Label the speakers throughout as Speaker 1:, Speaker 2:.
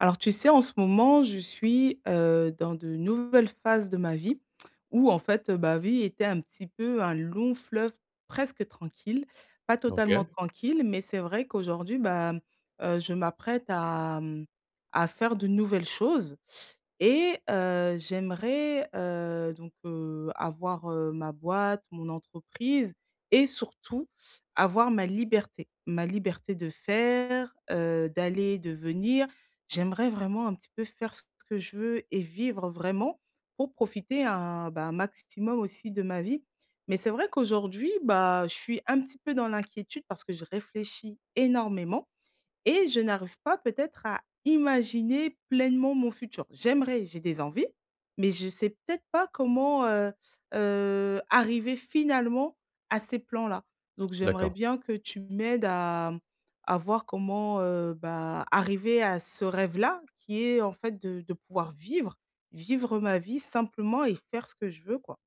Speaker 1: Alors tu sais, en ce moment, je suis, dans de nouvelles phases de ma vie où en fait, ma vie était un petit peu un long fleuve presque tranquille. Pas totalement
Speaker 2: OK,
Speaker 1: tranquille, mais c'est vrai qu'aujourd'hui, bah, je m'apprête à, à faire de nouvelles choses et j'aimerais, donc avoir, ma boîte, mon entreprise et surtout avoir ma liberté. Ma liberté de faire, d'aller, de venir. J'aimerais vraiment un petit peu faire ce que je veux et vivre vraiment pour profiter un, bah, un maximum aussi de ma vie. Mais c'est vrai qu'aujourd'hui, bah, je suis un petit peu dans l'inquiétude parce que je réfléchis énormément et je n'arrive pas peut-être à imaginer pleinement mon futur. J'aimerais, j'ai des envies, mais je sais peut-être pas comment, arriver finalement à ces plans-là. Donc j'aimerais
Speaker 2: d'accord.
Speaker 1: bien que tu m'aides à voir comment, bah, arriver à ce rêve-là qui est en fait de pouvoir vivre, vivre ma vie simplement et faire ce que je veux, quoi.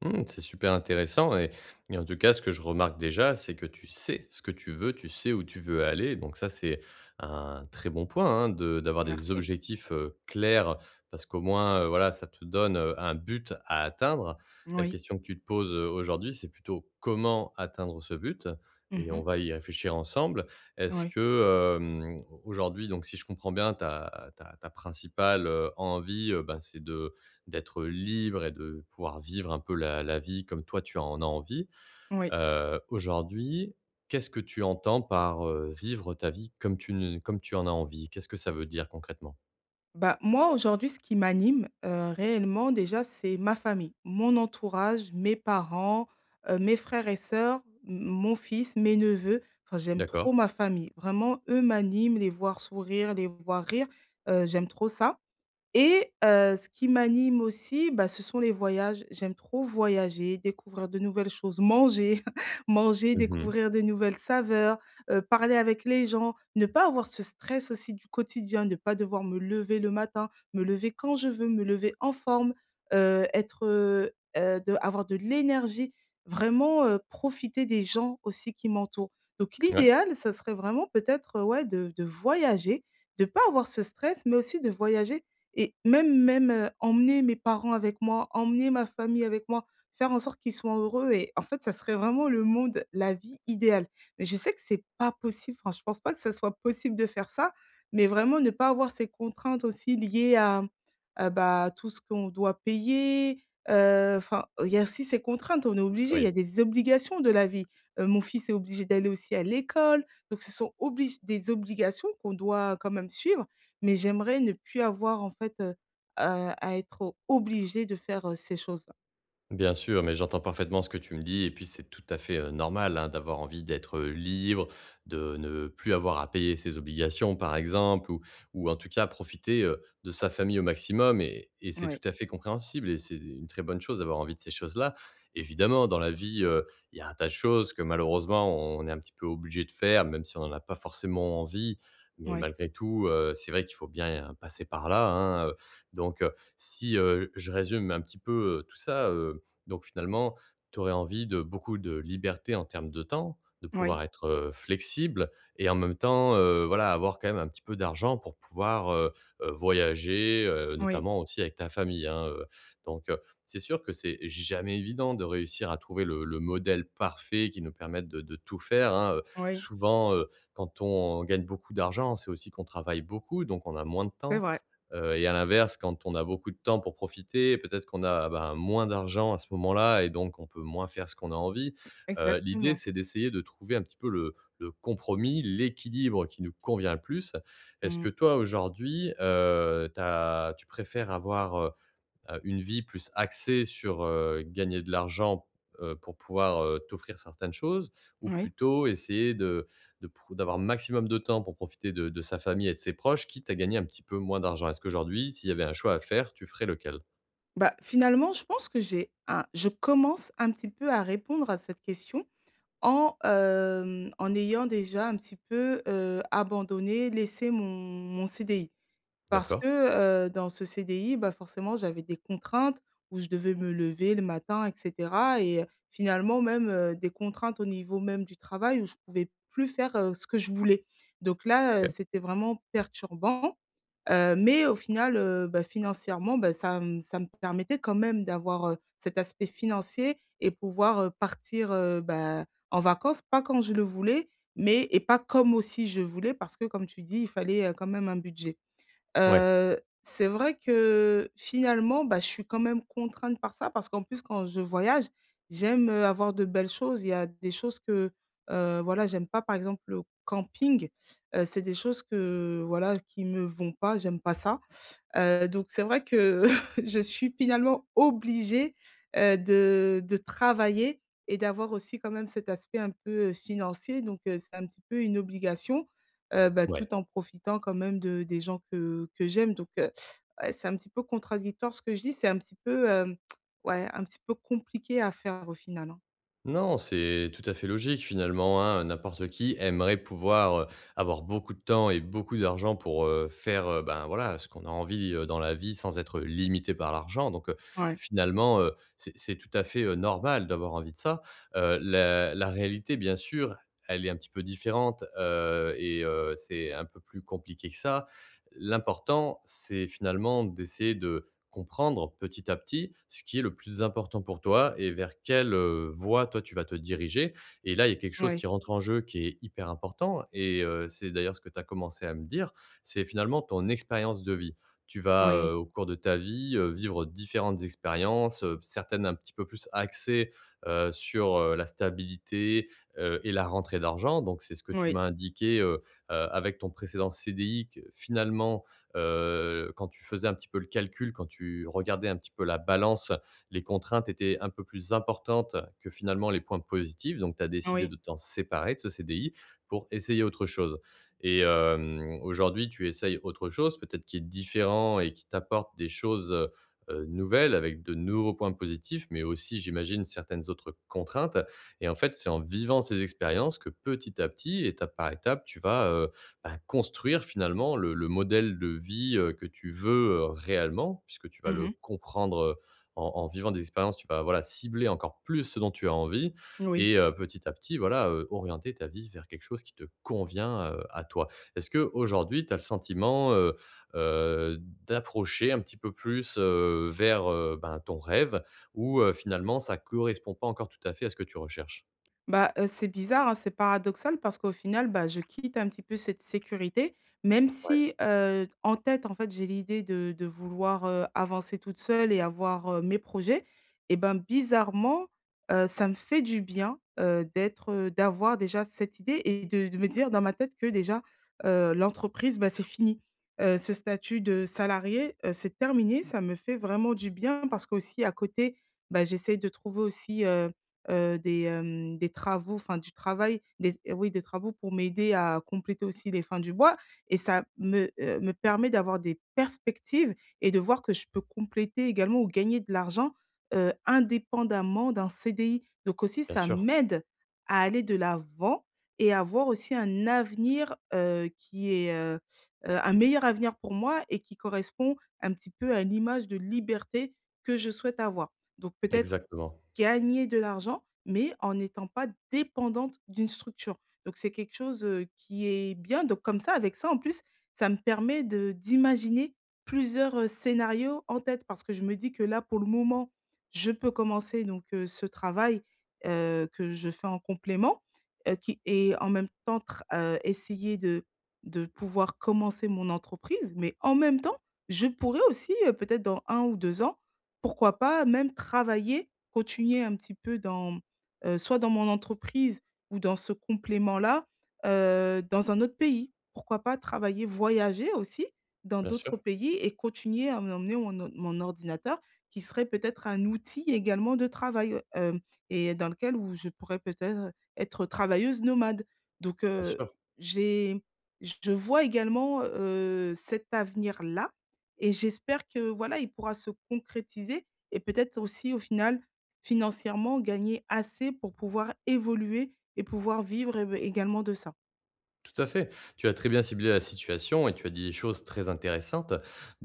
Speaker 2: Mmh, c'est super intéressant et en tout cas, ce que je remarque déjà, c'est que tu sais ce que tu veux, tu sais où tu veux aller. Donc ça, c'est un très bon point, hein, de d'avoir des
Speaker 1: Merci.
Speaker 2: objectifs, clairs parce qu'au moins, voilà, ça te donne, un but à atteindre. La
Speaker 1: Oui.
Speaker 2: question que tu te poses, aujourd'hui, c'est plutôt comment atteindre ce but et
Speaker 1: Mmh.
Speaker 2: on va y réfléchir ensemble. Est-ce
Speaker 1: Oui.
Speaker 2: que, aujourd'hui, donc si je comprends bien, ta principale, envie, ben, c'est de d'être libre et de pouvoir vivre un peu la vie comme toi tu en as envie.
Speaker 1: Oui.
Speaker 2: Aujourd'hui, qu'est-ce que tu entends par, vivre ta vie comme tu ne comme tu en as envie? Qu'est-ce que ça veut dire concrètement?
Speaker 1: Bah, moi, aujourd'hui, ce qui m'anime, réellement, déjà, c'est ma famille, mon entourage, mes parents, mes frères et sœurs, m mon fils, mes neveux. Enfin, j'aime
Speaker 2: D'accord.
Speaker 1: trop ma famille. Vraiment, eux m'animent, les voir sourire, les voir rire, j'aime trop ça. Et ce qui m'anime aussi, bah, ce sont les voyages. J'aime trop voyager, découvrir de nouvelles choses, manger, manger,
Speaker 2: Mmh.
Speaker 1: découvrir de nouvelles saveurs, parler avec les gens, ne pas avoir ce stress aussi du quotidien, ne pas devoir me lever le matin, me lever quand je veux, me lever en forme, heu, être, heu de avoir de l'énergie, vraiment, profiter des gens aussi qui m'entourent. Donc
Speaker 2: Ouais,
Speaker 1: l'idéal, ça serait vraiment peut-être, ouais, de voyager, de pas avoir ce stress, mais aussi de voyager et même même, emmener mes parents avec moi, emmener ma famille avec moi, faire en sorte qu'ils soient heureux et en fait, ça serait vraiment le monde, la vie idéale. Mais je sais que c'est pas possible, enfin, je pense pas que ça soit possible de faire ça, mais vraiment ne pas avoir ces contraintes aussi liées à, bah, tout ce qu'on doit payer, enfin, il y a aussi ces contraintes, on est obligé, il y a
Speaker 2: oui.
Speaker 1: des obligations de la vie. Mon fils est obligé d'aller aussi à l'école, donc ce sont oblige des obligations qu'on doit quand même suivre, mais j'aimerais ne plus avoir en fait, à être obligée de faire, ces choses-là.
Speaker 2: Bien sûr, mais j'entends parfaitement ce que tu me dis et puis c'est tout à fait normal, hein, d'avoir envie d'être libre, de ne plus avoir à payer ses obligations par exemple, ou en tout cas profiter de sa famille au maximum et c'est
Speaker 1: Oui,
Speaker 2: tout à fait compréhensible et c'est une très bonne chose d'avoir envie de ces choses-là. Évidemment, dans la vie, il y a un tas de choses que malheureusement on est un petit peu obligé de faire, même si on n'en a pas forcément envie. Mais
Speaker 1: oui,
Speaker 2: malgré tout, c'est vrai qu'il faut bien passer par là, hein, donc, si je résume un petit peu tout ça, donc finalement, tu aurais envie de beaucoup de liberté en termes de temps, de
Speaker 1: oui,
Speaker 2: pouvoir être, flexible et en même temps, voilà, avoir quand même un petit peu d'argent pour pouvoir, voyager,
Speaker 1: oui,
Speaker 2: notamment aussi avec ta famille, hein, Donc, c'est sûr que c'est jamais évident de réussir à trouver le modèle parfait qui nous permette de tout faire, hein,
Speaker 1: oui,
Speaker 2: Souvent, quand on gagne beaucoup d'argent, c'est aussi qu'on travaille beaucoup, donc on a moins de
Speaker 1: c'est
Speaker 2: temps.
Speaker 1: vrai,
Speaker 2: Et à l'inverse, quand on a beaucoup de temps pour profiter, peut-être qu'on a, ben, moins d'argent à ce moment-là et donc on peut moins faire ce qu'on a envie. L'idée,
Speaker 1: exactement.
Speaker 2: c'est d'essayer de trouver un petit peu le compromis, l'équilibre qui nous convient le plus. Est-ce
Speaker 1: Mmh,
Speaker 2: que toi, aujourd'hui, tu préfères avoir, une vie plus axée sur, gagner de l'argent, pour pouvoir, t'offrir certaines choses ou
Speaker 1: oui.
Speaker 2: plutôt essayer de pro d'avoir un maximum de temps pour profiter de sa famille et de ses proches, quitte à gagner un petit peu moins d'argent? Est-ce qu'aujourd'hui, s'il y avait un choix à faire, tu ferais lequel?
Speaker 1: Bah, finalement, je pense que j'ai un je commence un petit peu à répondre à cette question en, en ayant déjà un petit peu, abandonné, laissé mon CDI. Parce
Speaker 2: D'accord.
Speaker 1: que, dans ce CDI, bah, forcément, j'avais des contraintes où je devais me lever le matin et cetera et finalement même, des contraintes au niveau même du travail où je pouvais plus faire, ce que je voulais. Donc là,
Speaker 2: OK.
Speaker 1: c'était vraiment perturbant, mais au final, bah, financièrement, bah, ça me permettait quand même d'avoir, cet aspect financier et pouvoir, partir, bah, en vacances, pas quand je le voulais, mais et pas comme aussi je voulais parce que comme tu dis, il fallait, quand même un budget.
Speaker 2: Ouais.
Speaker 1: C'est vrai que finalement, bah, je suis quand même contrainte par ça parce qu'en plus quand je voyage, j'aime, avoir de belles choses. Il y a des choses que, voilà, j'aime pas par exemple le camping, c'est des choses que, voilà, qui me vont pas, j'aime pas ça. Donc c'est vrai que je suis finalement obligée, de travailler et d'avoir aussi quand même cet aspect un peu, financier donc c'est un petit peu une obligation, bah,
Speaker 2: Ouais.
Speaker 1: tout en profitant quand même de des gens que j'aime donc ouais, c'est un petit peu contradictoire ce que je dis, c'est un petit peu, ouais, un petit peu compliqué à faire au final, hein.
Speaker 2: Non, c'est tout à fait logique finalement, hein. N'importe qui aimerait pouvoir, avoir beaucoup de temps et beaucoup d'argent pour, faire, ben, voilà, ce qu'on a envie, dans la vie sans être limité par l'argent, donc
Speaker 1: Ouais,
Speaker 2: finalement, c'est tout à fait, normal d'avoir envie de ça. La réalité bien sûr, elle est un petit peu différente, et c'est un peu plus compliqué que ça. L'important, c'est finalement d'essayer de comprendre petit à petit ce qui est le plus important pour toi et vers quelle, voie toi tu vas te diriger et là, il y a quelque chose
Speaker 1: ouais,
Speaker 2: qui rentre en jeu qui est hyper important et c'est d'ailleurs ce que tu as commencé à me dire, c'est finalement ton expérience de vie. Tu vas,
Speaker 1: oui,
Speaker 2: au cours de ta vie, vivre différentes expériences, certaines un petit peu plus axées, sur, la stabilité, et la rentrée d'argent, donc c'est ce que tu
Speaker 1: oui,
Speaker 2: m'as indiqué, avec ton précédent CDI. Que finalement quand tu faisais un petit peu le calcul, quand tu regardais un petit peu la balance, les contraintes étaient un peu plus importantes que finalement les points positifs, donc tu as décidé
Speaker 1: oui.
Speaker 2: de t'en séparer de ce CDI pour essayer autre chose et aujourd'hui, tu essayes autre chose peut-être qui est différent et qui t'apporte des choses, nouvelles, avec de nouveaux points positifs, mais aussi j'imagine certaines autres contraintes et en fait, c'est en vivant ces expériences que petit à petit, étape par étape, tu vas, bah, construire finalement le modèle de vie, que tu veux, réellement, puisque tu vas le
Speaker 1: Mmh.
Speaker 2: comprendre, en vivant des expériences. Tu vas, voilà, cibler encore plus ce dont tu as envie
Speaker 1: Oui.
Speaker 2: et petit à petit, voilà, orienter ta vie vers quelque chose qui te convient, à toi. Est-ce que aujourd'hui tu as le sentiment, heu, d'approcher un petit peu plus, vers, ben, ton rêve ou finalement ça correspond pas encore tout à fait à ce que tu recherches?
Speaker 1: Bah, c'est bizarre, hein, c'est paradoxal parce qu'au final, bah, je quitte un petit peu cette sécurité, même
Speaker 2: Ouais.
Speaker 1: si, en tête, en fait, j'ai l'idée de vouloir, avancer toute seule et avoir, mes projets et ben, bizarrement, ça me fait du bien, d'être, d'avoir déjà cette idée et de me dire dans ma tête que déjà, l'entreprise, bah, c'est fini. Ce statut de salarié, c'est terminé, ça me fait vraiment du bien parce qu'aussi à côté, bah, j'essaie de trouver aussi, des travaux, enfin du travail, des oui des travaux pour m'aider à compléter aussi les fins du mois et ça me, me permet d'avoir des perspectives et de voir que je peux compléter également ou gagner de l'argent, indépendamment d'un CDI. Donc aussi
Speaker 2: Bien
Speaker 1: ça
Speaker 2: sûr,
Speaker 1: m'aide à aller de l'avant et avoir aussi un avenir, un meilleur avenir pour moi et qui correspond un petit peu à l'image de liberté que je souhaite avoir. Donc peut-être
Speaker 2: exactement.
Speaker 1: gagner de l'argent, mais en n'étant pas dépendante d'une structure. Donc c'est quelque chose, qui est bien. Donc comme ça, avec ça, en plus, ça me permet de d'imaginer plusieurs, scénarios en tête parce que je me dis que là, pour le moment, je peux commencer donc, ce travail, que je fais en complément, qui et en même temps tr essayer de pouvoir commencer mon entreprise. Mais en même temps, je pourrais aussi, peut-être dans un ou 2 ans, pourquoi pas même travailler, continuer un petit peu dans, soit dans mon entreprise ou dans ce complément-là, dans un autre pays. Pourquoi pas travailler, voyager aussi dans
Speaker 2: Bien
Speaker 1: d'autres
Speaker 2: sûr,
Speaker 1: pays et continuer à emmener mon ordinateur qui serait peut-être un outil également de travail, et dans lequel où je pourrais peut-être être travailleuse nomade. Donc
Speaker 2: bien sûr.
Speaker 1: j'ai je vois également, cet avenir-là et j'espère que voilà, il pourra se concrétiser et peut-être aussi au final, financièrement, gagner assez pour pouvoir évoluer et pouvoir vivre, beh, également de ça.
Speaker 2: Tout à fait. Tu as très bien ciblé la situation et tu as dit des choses très intéressantes.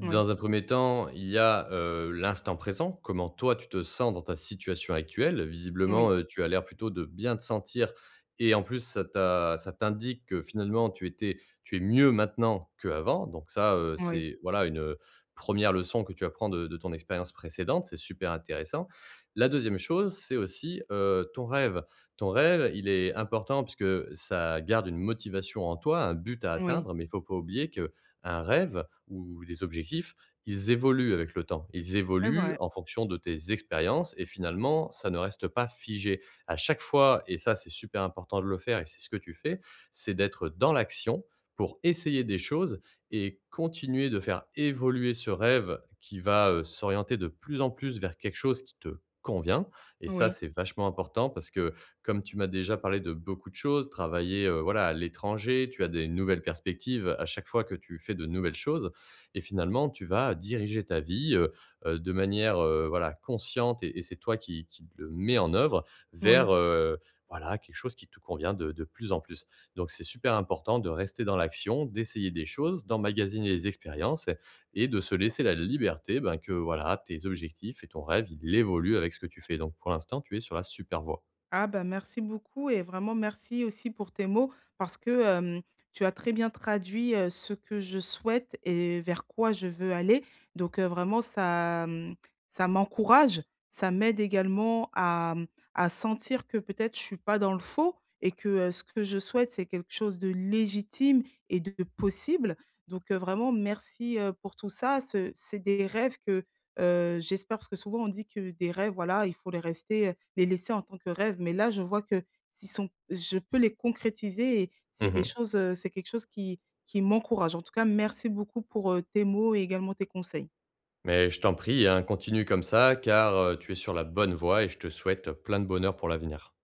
Speaker 1: Oui,
Speaker 2: un premier temps, il y a l'instant présent, comment toi tu te sens dans ta situation actuelle.
Speaker 1: oui,
Speaker 2: Visiblement, tu as l'air plutôt de bien te sentir et en plus, ça t'indique que finalement tu, étais, tu es mieux maintenant qu'avant. Donc ça,
Speaker 1: oui,
Speaker 2: c'est voilà une première leçon que tu apprends de ton expérience précédente. C'est super intéressant. La deuxième chose, c'est aussi ton rêve. Ton rêve, il est important puisque ça garde une motivation en toi, un but à
Speaker 1: oui,
Speaker 2: atteindre, mais il faut pas oublier que un rêve ou des objectifs, ils évoluent avec le temps. Ils
Speaker 1: c'est
Speaker 2: évoluent
Speaker 1: vrai.
Speaker 2: en fonction de tes expériences et finalement, ça ne reste pas figé. À chaque fois, et ça c'est super important de le faire et c'est ce que tu fais, c'est d'être dans l'action pour essayer des choses et continuer de faire évoluer ce rêve qui va s'orienter de plus en plus vers quelque chose qui te convient. Et ça,
Speaker 1: Oui,
Speaker 2: c'est vachement important parce que comme tu m'as déjà parlé de beaucoup de choses, travailler, voilà, à l'étranger, tu as des nouvelles perspectives à chaque fois que tu fais de nouvelles choses et finalement tu vas diriger ta vie, de manière, voilà, consciente et c'est toi qui le mets en œuvre
Speaker 1: oui.
Speaker 2: vers, voilà, quelque chose qui te convient de plus en plus. Donc c'est super important de rester dans l'action, d'essayer des choses, d'emmagasiner les expériences et de se laisser la liberté, ben, que, voilà, tes objectifs et ton rêve, il évolue avec ce que tu fais. Donc pour l'instant, tu es sur la super voie.
Speaker 1: Ah bah, merci beaucoup et vraiment merci aussi pour tes mots parce que, tu as très bien traduit, ce que je souhaite et vers quoi je veux aller. Donc, vraiment ça, ça m'encourage, ça m'aide également à, à sentir que peut-être je suis pas dans le faux et que, ce que je souhaite, c'est quelque chose de légitime et de possible. Donc, vraiment merci, pour tout ça. Ce C'est des rêves que, j'espère parce que souvent on dit que des rêves, voilà, il faut les rester, les laisser en tant que rêve, mais là, je vois que s'ils sont je peux les concrétiser et c'est des
Speaker 2: Mmh.
Speaker 1: choses, c'est quelque chose qui m'encourage. En tout cas, merci beaucoup pour, tes mots et également tes conseils.
Speaker 2: Mais je t'en prie, hein, continue comme ça, car tu es sur la bonne voie et je te souhaite plein de bonheur pour l'avenir.